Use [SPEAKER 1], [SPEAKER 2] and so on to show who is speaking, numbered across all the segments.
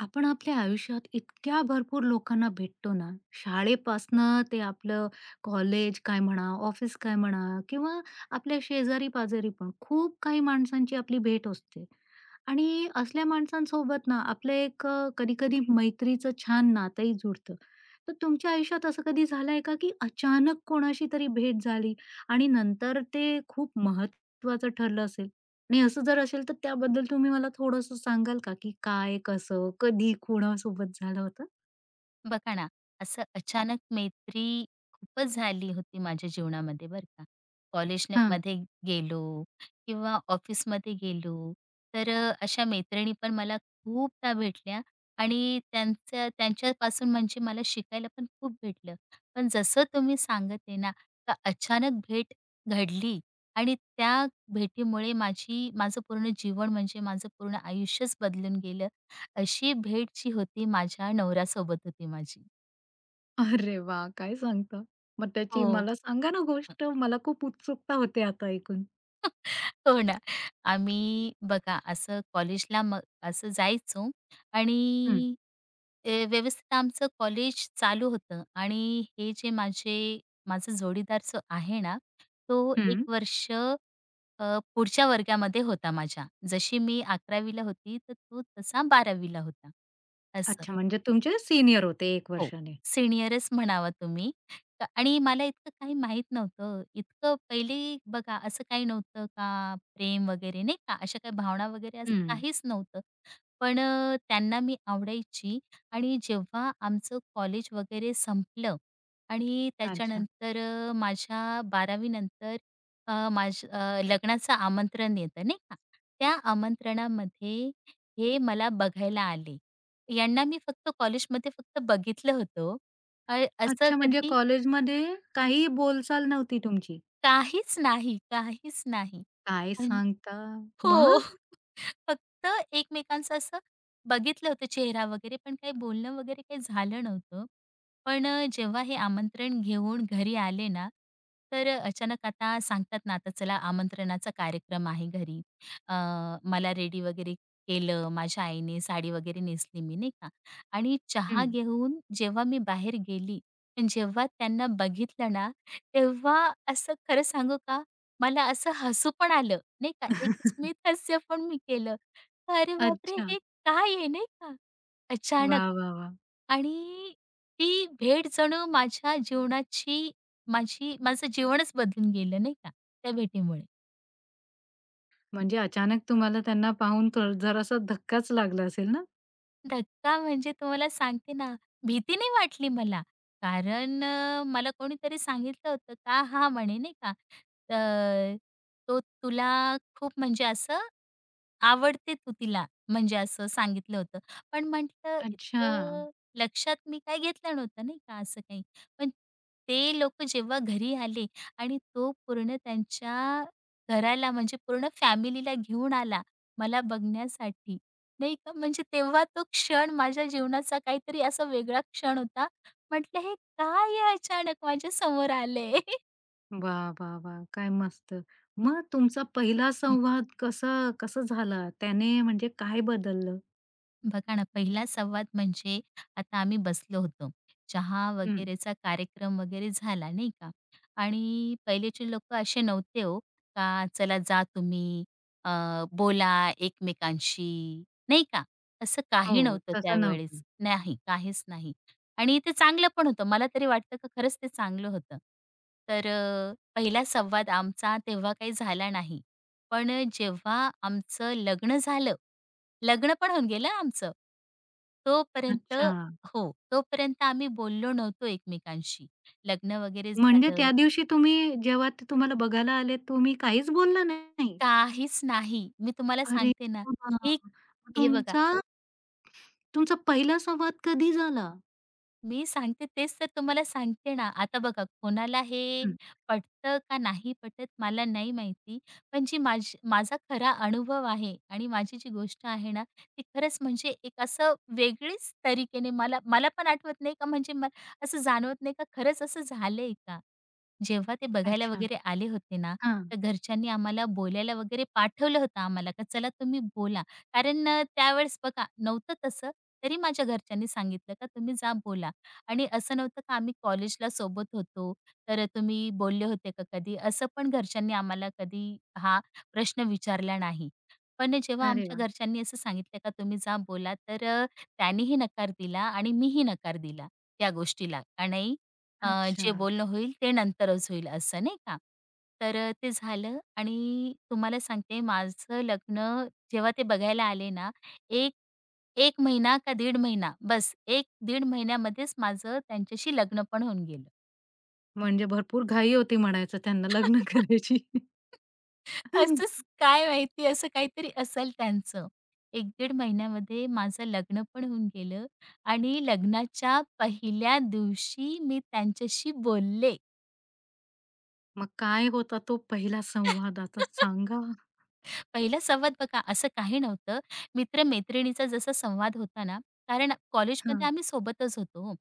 [SPEAKER 1] आपण आपल्या आयुष्यात इतक्या भरपूर लोकांना भेटतो ना, शाळेपासनं ते आपलं कॉलेज काय म्हणा, ऑफिस काय म्हणा किंवा आपल्या शेजारी-पाजारी पण खूप काही माणसांची आपली भेट असते आणि असल्या माणसांसोबत ना आपलं एक कधी-कधी मैत्रीचं छान नातंही जुडतं. तर तुमच्या आयुष्यात असं कधी झालंय का, की अचानक कोणाशी तरी भेट झाली आणि नंतर ते खूप महत्त्वाचं ठरलं असेल? नाही असं जर असेल तर त्याबद्दल तुम्ही मला थोडंसं सांगाल का, की काय, कसं, कधी, कोणासोबत झालं होतं?
[SPEAKER 2] बघा ना, असं अचानक मैत्री खूपच झाली होती माझ्या जीवनामध्ये बरं का. कॉलेजने
[SPEAKER 1] हां.
[SPEAKER 2] मध्ये गेलो किंवा ऑफिसमध्ये गेलो, तर अशा मैत्रिणी पण मला खूपदा भेटल्या आणि त्यांचं त्यांच्यापासून म्हणजे मला शिकायला पण खूप भेटलं. पण जसं तुम्ही सांगत आहे ना, का अचानक भेट घडली आणि त्या भेटीमुळे माझं पूर्ण जीवन म्हणजे माझं पूर्ण आयुष्यच बदलून गेलं अशी भेट जी होती माझ्या नवऱ्यासोबत होती माझी.
[SPEAKER 1] अरे वाह! काय सांगता? मग त्याची
[SPEAKER 2] हो.
[SPEAKER 1] मला सांगा ना गोष्ट. मला खूप उत्सुकता होते आता ऐकून.
[SPEAKER 2] हो ना. आम्ही बघा असं कॉलेजला मग असं जायचो
[SPEAKER 1] हं,
[SPEAKER 2] आणि ते व्यवस्थित आमचं कॉलेज चालू होतं आणि हे जे माझे माझा जोडीदार जो आहे ना, तो एक
[SPEAKER 1] हं.
[SPEAKER 2] वर्ष अ, पुढच्या वर्गामध्ये होता माझ्या. जशी मी 11वी होती, तर तो तसा 12वी होता, असं.
[SPEAKER 1] अच्छा, म्हणजे तुमचे सीनियर होते एक
[SPEAKER 2] हो,
[SPEAKER 1] वर्षाने.
[SPEAKER 2] सीनियरच म्हणावा तुम्ही. आणि मला इतकं काही माहीत नव्हतं. इतकं पहिले बघा असं काही नव्हतं का प्रेम वगैरे नाही का, अशा काही भावना वगैरे असं
[SPEAKER 1] हं.
[SPEAKER 2] काहीच नव्हतं. पण त्यांना मी आवडायची आणि जेव्हा आमचं कॉलेज वगैरे संपलं आणि
[SPEAKER 1] अच्छा.
[SPEAKER 2] त्याच्यानंतर माझ्या 12वी नंतर माझं लग्नाचं आमंत्रण येतं नाही का. त्या आमंत्रणामध्ये हे मला बघायला आले. यांना मी फक्त कॉलेजमध्ये फक्त बघितलं होतं ओ. असं
[SPEAKER 1] अच्छा, म्हणजे
[SPEAKER 2] कधी
[SPEAKER 1] कॉलेजमध्ये काहीही बोलचाल नव्हती तुमची?
[SPEAKER 2] काहीच नाही, काहीच नाही.
[SPEAKER 1] काय
[SPEAKER 2] पण
[SPEAKER 1] सांगता?
[SPEAKER 2] हो.
[SPEAKER 1] मग?
[SPEAKER 2] फक्त एकमेकांचं असं बघितलं होतं चेहरा वगैरे, पण काही बोलणं वगैरे काही झालं नव्हतं. पण जेव्हा हे आमंत्रण घेऊन घरी आले ना, तर अचानक आता सांगतात ना, आता चला आमंत्रणाचा कार्यक्रम आहे घरी. अ, मला रेडी वगैरे केलं, माझ्या आईने साडी वगैरे नेसली मी, नाही का. आणि चहा
[SPEAKER 1] हं.
[SPEAKER 2] घेऊन जेव्हा मी बाहेर गेली, पण जेव्हा त्यांना बघितलं ना, तेव्हा असं खरं सांगू का, मला असं हसू पण आलं, नाही का. एक स्मित हास्य पण मी केलं. अरे बापरे!
[SPEAKER 1] अच्छा.
[SPEAKER 2] हे काय आहे नाही का? अचानक
[SPEAKER 1] वाह, वाह, वाह!
[SPEAKER 2] आणि ती भेट जणू माझ्या जीवनाची माझं जीवनच बदलून गेलं नाही का त्या भेटीमुळे.
[SPEAKER 1] म्हणजे अचानक तुम्हाला त्यांना पाहून थोडं जरासा धक्काच लागला असेल ना?
[SPEAKER 2] धक्का म्हणजे तुम्हाला सांगते ना, भीती नाही वाटली मला. कारण मला कोणीतरी सांगितलं होतं का हा म्हणे नाही का, "तर तो तुला खूप म्हणजे असं आवडते तू तिला." म्हणजे असं सांगितलं होतं. पण म्हटलं
[SPEAKER 1] अच्छा.
[SPEAKER 2] इतकं लक्षात मी काय घेतलं नव्हतं नाही का असं काही. पण ते लोकं जेव्हा घरी आले आणि तो पूर्ण त्यांच्या घराला म्हणजे पूर्ण फॅमिलीला घेऊन आला मला बघण्यासाठी. नाही का, म्हणजे तेव्हा तो क्षण माझ्या जीवनाचा काहीतरी असा वेगळा क्षण होता. म्हटलं हे काय आहे अचानक माझ्या समोर आलंय?
[SPEAKER 1] वाह, वाह, वाह! काय मस्त. मग तुमचा पहिला संवाद कसा कसा झाला? त्याने म्हणजे काय बदललं?
[SPEAKER 2] बघा ना, पहिला संवाद म्हणजे आता आम्ही बसलो होतो. चहा
[SPEAKER 1] हं.
[SPEAKER 2] वगैरेचा कार्यक्रम वगैरे झाला नाही का आणि पहिलेचे लोकं असे नव्हते हो, का चला जा तुम्ही अ, बोला एकमेकांशी, नाही का? असं
[SPEAKER 1] हो.
[SPEAKER 2] काही नव्हतं
[SPEAKER 1] तसं
[SPEAKER 2] त्यावेळेस.
[SPEAKER 1] नव्हतं.
[SPEAKER 2] नाही, काहीच नाही आणि ते चांगलं पण होतं. मला तरी वाटतं का खरंच ते चांगलं होतं. तर पहिला संवाद आमचा तेव्हा काही झाला नाही. पण जेव्हा आमचं लग्न झालं लग्न पण होऊन गेलं आमचं. तोपर्यंत
[SPEAKER 1] अच्छा.
[SPEAKER 2] हो, तोपर्यंत आम्ही बोललो नव्हतो एकमेकांशी. लग्न वगैरे
[SPEAKER 1] म्हणजे
[SPEAKER 2] झालं,
[SPEAKER 1] त्या दिवशी तुम्ही जेव्हा ते तुम्हाला बघायला आले, तुम्ही काहीच बोलला नाही?
[SPEAKER 2] काहीच नाही. मी तुम्हाला
[SPEAKER 1] अरे
[SPEAKER 2] सांगते ना,
[SPEAKER 1] वाह!
[SPEAKER 2] ही
[SPEAKER 1] मग
[SPEAKER 2] हे बघा
[SPEAKER 1] तुमचा तुमचा पहिला संवाद कधी झाला?
[SPEAKER 2] मी सांगते तेच तर तुम्हाला सांगते ना. आता बघा कोणाला हे
[SPEAKER 1] हं.
[SPEAKER 2] पटतं का नाही पटत मला नाही माहिती. पण जी माझा खरा अनुभव आहे आणि माझी जी गोष्ट आहे ना, ती खरंच म्हणजे एक असं वेगळीच तरीकेने मला मला पण आठवत नाही का म्हणजे म असं जाणवत नाही का खरंच असं झालंय का? जेव्हा ते बघायला
[SPEAKER 1] अच्छा.
[SPEAKER 2] वगैरे आले होते ना,
[SPEAKER 1] हां.
[SPEAKER 2] तर घरच्यांनी आम्हाला बोलायला वगैरे पाठवलं होतं आम्हाला, का चला तुम्ही बोला. कारण त्यावेळेस बघा नव्हतं तसं, तरी माझ्या घरच्यांनी सांगितलं का तुम्ही जा बोला. आणि असं नव्हतं का आम्ही कॉलेजला सोबत होतो, तर तुम्ही बोलले होते का कधी? असं पण घरच्यांनी आम्हाला कधी हा प्रश्न विचारला नाही. पण जेव्हा
[SPEAKER 1] अरे
[SPEAKER 2] आमच्या
[SPEAKER 1] वाह!
[SPEAKER 2] घरच्यांनी असं सांगितलं का तुम्ही जा बोला, तर त्यांनीही नकार दिला आणि मीही नकार दिला त्या गोष्टीला. आणि
[SPEAKER 1] अच्छा.
[SPEAKER 2] जे बोलणं होईल ते नंतरच होईल असं नाही का. तर ते झालं आणि तुम्हाला सांगते माझं लग्न जेव्हा ते बघायला आले ना, एक 1 महिना का दीड महिना बस एक दीड महिन्यामध्येच माझं त्यांच्याशी लग्न पण होऊन गेलं.
[SPEAKER 1] म्हणजे भरपूर घाई होती म्हणायचं त्यांना लग्न करायची.
[SPEAKER 2] असंच काय माहिती असं काहीतरी असेल त्यांचं. 1-दीड महिन्यामध्ये माझं लग्न पण होऊन गेलं आणि लग्नाच्या पहिल्या दिवशी मी त्यांच्याशी बोलले.
[SPEAKER 1] मग काय होता तो पहिला संवाद आता सांगा?
[SPEAKER 2] पहिला संवाद बघा असं काही नव्हतं. मित्र-मैत्रिणीचा जसा संवाद होता ना, कारण कॉलेजमध्ये
[SPEAKER 1] हां.
[SPEAKER 2] आम्ही सोबतच होतो हो.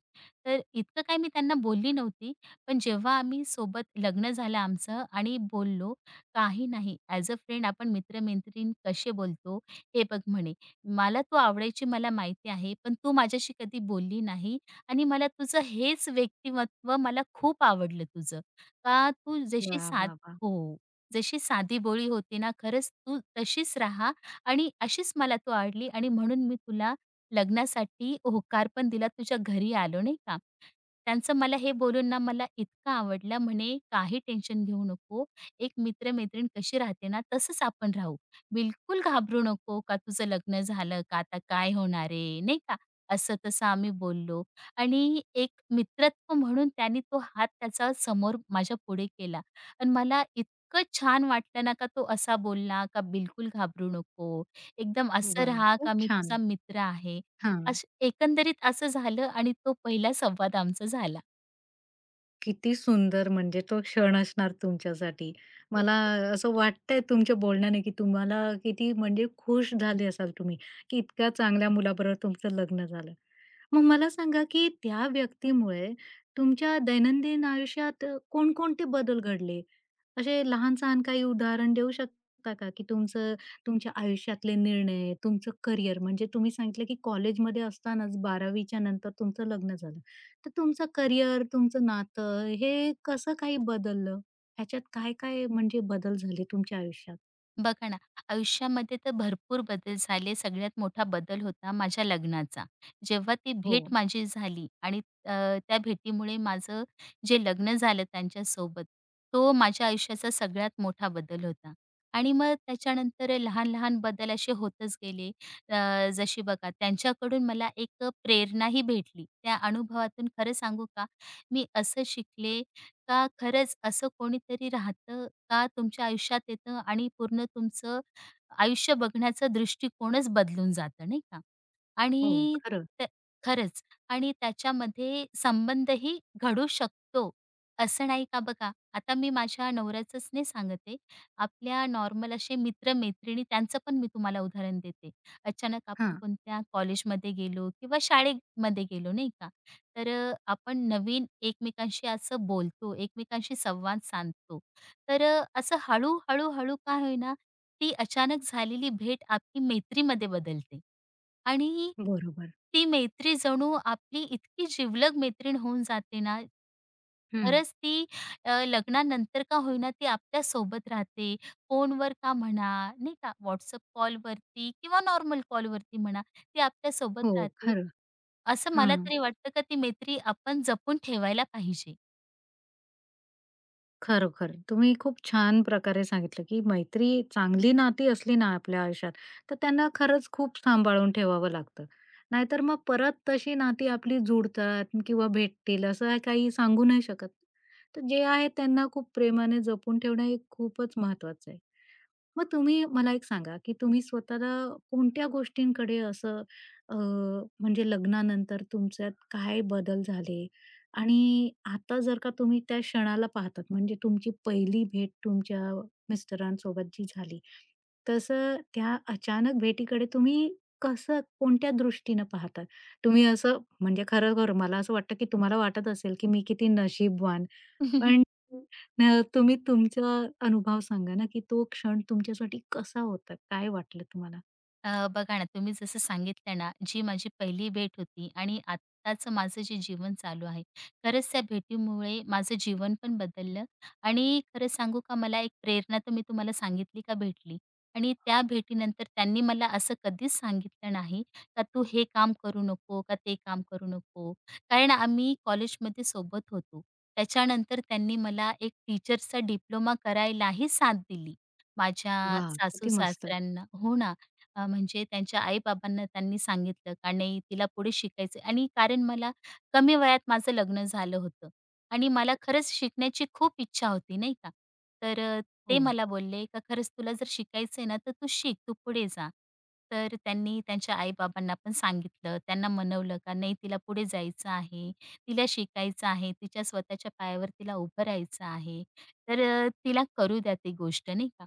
[SPEAKER 2] तर इतकं काय मी त्यांना बोलली नव्हती. पण जेव्हा आम्ही सोबत लग्न झालं आमचं आणि बोललो, काही नाही. ॲज अ फ्रेंड आपण मित्र कसे बोलतो, हे बघ म्हणे, "मला तू आवडायची मला माहिती आहे, पण तू माझ्याशी कधी बोलली नाही आणि मला तुझं हेच व्यक्तिमत्व मला खूप आवडलं तुझं. का तू
[SPEAKER 1] वा
[SPEAKER 2] जशी साध"
[SPEAKER 1] वा वा
[SPEAKER 2] हो. जशी साधी साधीभोळी होती ना, खरंच तू तशीच राहा आणि अशीच मला तू आवडली आणि म्हणून मी तुला लग्नासाठी होकार पण दिला. तुझ्या घरी आलो, नाही का? त्यांचं मला हे बोलून ना मला इतका आवडला. म्हणे, "काही टेन्शन घेऊ नको. एक मित्र कशी राहते ना, तसंच आपण राहू. बिलकुल घाबरू नको का तुझं लग्न झालं का आता काय होणार आहे?" नाही का? असं-तसं आम्ही बोललो आणि एक मित्रत्व म्हणून त्याने तो हात त्याचा समोर माझ्या पुढे केला आणि मला इतकं छान वाटलं ना, का तो असा बोलला, का बिलकुल घाबरू नको. एकदम असं
[SPEAKER 1] वाह!
[SPEAKER 2] राहा, का
[SPEAKER 1] खूप
[SPEAKER 2] मी तुझा
[SPEAKER 1] छान.
[SPEAKER 2] मित्र आहे.
[SPEAKER 1] हां.
[SPEAKER 2] असं एकंदरीत असं झालं आणि तो पहिला संवाद आमचा झाला.
[SPEAKER 1] किती सुंदर म्हणजे तो क्षण असणार तुमच्यासाठी. मला
[SPEAKER 2] हो.
[SPEAKER 1] असं वाटतंय तुमच्या बोलण्याने, की तुम्हाला किती म्हणजे खुश झाले असाल तुम्ही, की इतक्या चांगल्या मुलाबरोबर तुमचं लग्न झालं. मग मला सांगा, की त्या व्यक्तीमुळे तुमच्या दैनंदिन आयुष्यात कोणकोणते बदल घडले? असे लहान-सहान काही उदाहरण देऊ शकता का, की तुमचं तुमच्या आयुष्यातले निर्णय, तुमचं करियर म्हणजे तुम्ही सांगितलं, की कॉलेजमध्ये असतानाच 12वीच्या नंतर तुमचं लग्न झालं. तर तुमचं करिअर, तुमचं नातं हे कसं काही बदललं? ह्याच्यात काय-काय म्हणजे बदल झाले तुमच्या आयुष्यात?
[SPEAKER 2] बघा ना, आयुष्यामध्ये तर भरपूर बदल झाले. सगळ्यात मोठा बदल होता माझ्या लग्नाचा. जेव्हा ती
[SPEAKER 1] हो,
[SPEAKER 2] भेट माझी झाली आणि अ, त्या भेटीमुळे माझं जे लग्न झालं त्यांच्यासोबत, तो माझ्या आयुष्याचा सगळ्यात मोठा बदल होता. आणि मग त्याच्यानंतर लहान-लहान बदल असे होतच गेले. जशी बघा त्यांच्याकडून मला एक प्रेरणाही भेटली. त्या अनुभवातून खरं सांगू का, मी असं शिकले का खरंच असं कोणीतरी राहतं का तुमच्या आयुष्यात येतं आणि पूर्ण तुमचं आयुष्य बघण्याचा दृष्टिकोनच बदलून जातं नाही का?
[SPEAKER 1] हो.
[SPEAKER 2] आणि
[SPEAKER 1] खरं.
[SPEAKER 2] त्या खरंच आणि त्याच्यामध्ये संबंधही घडू शकतो, असं नाही का बघा. आता मी माझ्या नवऱ्याचंच नाही सांगते, आहे. आपल्या नॉर्मल असे मित्र त्यांचं पण मी तुम्हाला उदाहरण देते. अचानक आपण
[SPEAKER 1] हां,
[SPEAKER 2] कोणत्या कॉलेजमध्ये गेलो किंवा शाळेमध्ये गेलो नाही का? तर आपण नवीन एकमेकांशी असं बोलतो, एकमेकांशी संवाद साधतो. तर असं हळू-हळू का होईना, ती अचानक झालेली भेट आपली मैत्रीमध्ये बदलते आणि
[SPEAKER 1] बरोबर.
[SPEAKER 2] ती मैत्री जणू आपली इतकी जिवलग मैत्रीण होऊन जाते ना,
[SPEAKER 1] हं.
[SPEAKER 2] खरंच ती लग्नानंतर का होईना ती आपल्यासोबत राहते. फोनवर का म्हणा, नाही का, WhatsApp कॉलवरती किंवा नॉर्मल कॉलवरती म्हणा, ती आपल्यासोबत
[SPEAKER 1] हो,
[SPEAKER 2] राहते.
[SPEAKER 1] खरं.
[SPEAKER 2] असं
[SPEAKER 1] हा,
[SPEAKER 2] मला तरी वाटतं का ती मैत्री आपण जपून ठेवायला पाहिजे.
[SPEAKER 1] खरोखर. तुम्ही खूप छान प्रकारे सांगितलं, की मैत्री चांगली नाती असली ना आपल्या आयुष्यात, तर त्यांना खरंच खूप सांभाळून ठेवावं लागतं. नाहीतर मग परत तशी नाती आपली जुडतात किंवा भेटतील असं काही सांगू नाही शकत. तर जे आहे त्यांना खूप प्रेमाने जपून ठेवणं हे खूपच महत्वाचं आहे. मग तुम्ही मला एक सांगा, की तुम्ही स्वतःला कोणत्या गोष्टींकडे असं अ, म्हणजे लग्नानंतर तुमच्यात काय बदल झाले? आणि आता जर का तुम्ही त्या क्षणाला पाहतात, म्हणजे तुमची पहिली भेट तुमच्या मिस्टरांसोबत जी झाली, तसं त्या अचानक भेटीकडे तुम्ही कसं कोणत्या दृष्टीनं पाहतात? तुम्ही असं म्हणजे खरोखर मला असं वाटतं, की तुम्हाला वाटत असेल, की मी किती नशीबवान पण तुम्ही तुमचा अनुभव सांगा ना, की तो क्षण तुमच्यासाठी कसा होता? काय वाटलं तुम्हाला?
[SPEAKER 2] बघा ना, तुम्ही जसं सांगितलं ना, जी माझी पहिली भेट होती आणि आत्ताचं माझं जे जीवन चालू आहे, खरंच त्या भेटीमुळे माझं जीवन पण बदललं आणि खरं सांगू का, मला एक प्रेरणा तर मी तुम्हाला सांगितली का भेटली आणि त्या भेटीनंतर त्यांनी मला असं कधीच सांगितलं नाही का, "तू हे काम करू नको, का ते काम करू नको." कारण आम्ही कॉलेजमध्ये सोबत होतो. त्याच्यानंतर त्यांनी मला एक टीचरचा डिप्लोमा करायलाही साथ दिली. माझ्या
[SPEAKER 1] वाह! किती मस्त.
[SPEAKER 2] सासू-सासऱ्यांना हो ना, म्हणजे त्यांच्या आई-बाबांना त्यांनी सांगितलं का नाही तिला पुढे शिकायचं आणि कारण मला कमी वयात माझं लग्न झालं होतं आणि मला खरंच शिकण्याची खूप इच्छा होती नाही का. तर ते
[SPEAKER 1] हो.
[SPEAKER 2] मला बोलले का खरंच तुला जर शिकायचं आहे ना तर तू शिक, तू पुढे जा. तर त्यांनी त्यांच्या आई पण सांगितलं, त्यांना मनवलं का नाही तिला पुढे जायचं आहे, तिला शिकायचं आहे, तिच्या स्वतःच्या पायावर तिला उभं राहायचं आहे. तर तिला करू द्या ती गोष्ट नाही का.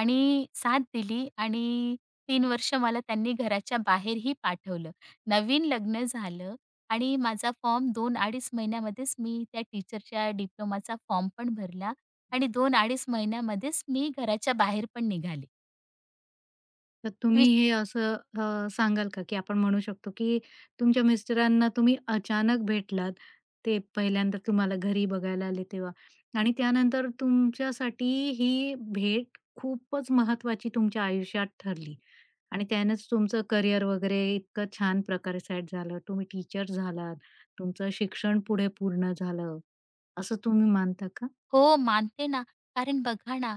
[SPEAKER 2] आणि साथ दिली आणि 3 वर्ष मला त्यांनी घराच्या बाहेरही पाठवलं. नवीन लग्न झालं आणि माझा फॉर्म 2 अडीच महिन्यामध्येच मी त्या टीचरच्या डिप्लोमाचा फॉर्म पण भरला आणि 2 अडीच महिन्यामध्येच मी घराच्या बाहेर पण निघाले.
[SPEAKER 1] तर तुम्ही हे असं सांगाल का, की आपण म्हणू शकतो, की तुमच्या मिस्टरांना तुम्ही अचानक भेटलात. ते पहिल्यांदा तुम्हाला घरी बघायला आले तेव्हा आणि त्यानंतर तुमच्यासाठी ही भेट खूपच महत्त्वाची तुमच्या आयुष्यात ठरली आणि त्यानेच तुमचं करिअर वगैरे इतकं छान प्रकारे सेट झालं. तुम्ही टीचर झालात. तुमचं शिक्षण पुढे पूर्ण झालं. असं तुम्ही मानता का?
[SPEAKER 2] हो, मानते ना. कारण बघा ना,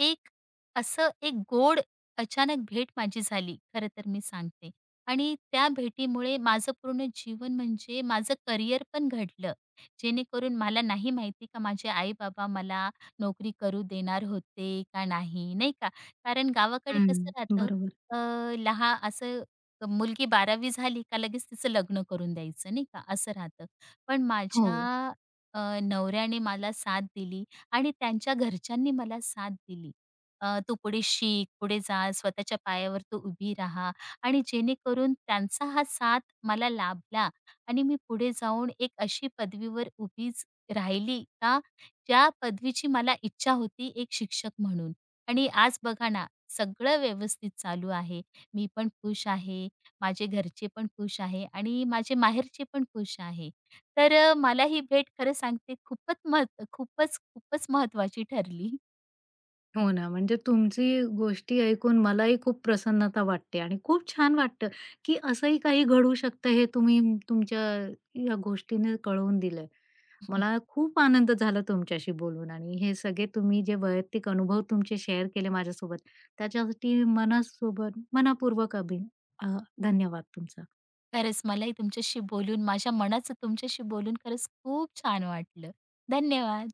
[SPEAKER 2] एक एक गोड अचानक भेट माझी झाली, खरं तर मी सांगते. आणि त्या भेटीमुळे माझं पूर्ण जीवन म्हणजे माझं करिअर पण घडलं. जेणेकरून मला नाही माहिती का माझे आई-बाबा मला नोकरी करू देणार होते का नाही, नाही का. कारण गावाकडे
[SPEAKER 1] हं,
[SPEAKER 2] कसं राहतं
[SPEAKER 1] बरोबर.
[SPEAKER 2] अ, लहान असं मुलगी 12वी झाली का लगेच तिचं लग्न करून द्यायचं, नाही का, असं राहतं. पण
[SPEAKER 1] हो.
[SPEAKER 2] माझ्या नवऱ्याने मला साथ दिली आणि त्यांच्या घरच्यांनी मला साथ दिली. "तू पुढे शिक, पुढे जा, स्वतःच्या पायावर तू उभी राहा" आणि जेणेकरून त्यांचा हा साथ मला लाभला आणि मी पुढे जाऊन एक अशी पदवीवर उभीच राहिली का ज्या पदवीची मला इच्छा होती एक शिक्षक म्हणून. आणि आज बघा ना, सगळं व्यवस्थित चालू आहे. मी पण खुश आहे, माझे घरचे पण खुश आहे आणि माझे माहेरचे पण खुश आहे. तर मला ही भेट खरं सांगते खूपच महत्व खूपच, खूपच महत्त्वाची ठरली.
[SPEAKER 1] हो ना, म्हणजे तुमची गोष्टी ऐकून मलाही खूप प्रसन्नता वाटते आणि खूप छान वाटतं, की असंही काही घडू शकतं हे तुमच्या या गोष्टीने कळवून दिलं. मला खूप आनंद झाला तुमच्याशी बोलून आणि हे सगळे तुम्ही जे वैयक्तिक अनुभव तुमचे शेअर केले माझ्यासोबत त्याच्यासाठी मनासोबत मनःपूर्वक अ, धन्यवाद तुमचा.
[SPEAKER 2] खरंच मलाही तुमच्याशी बोलून, माझ्या मनाचं तुमच्याशी बोलून खरंच खूप छान वाटलं. धन्यवाद.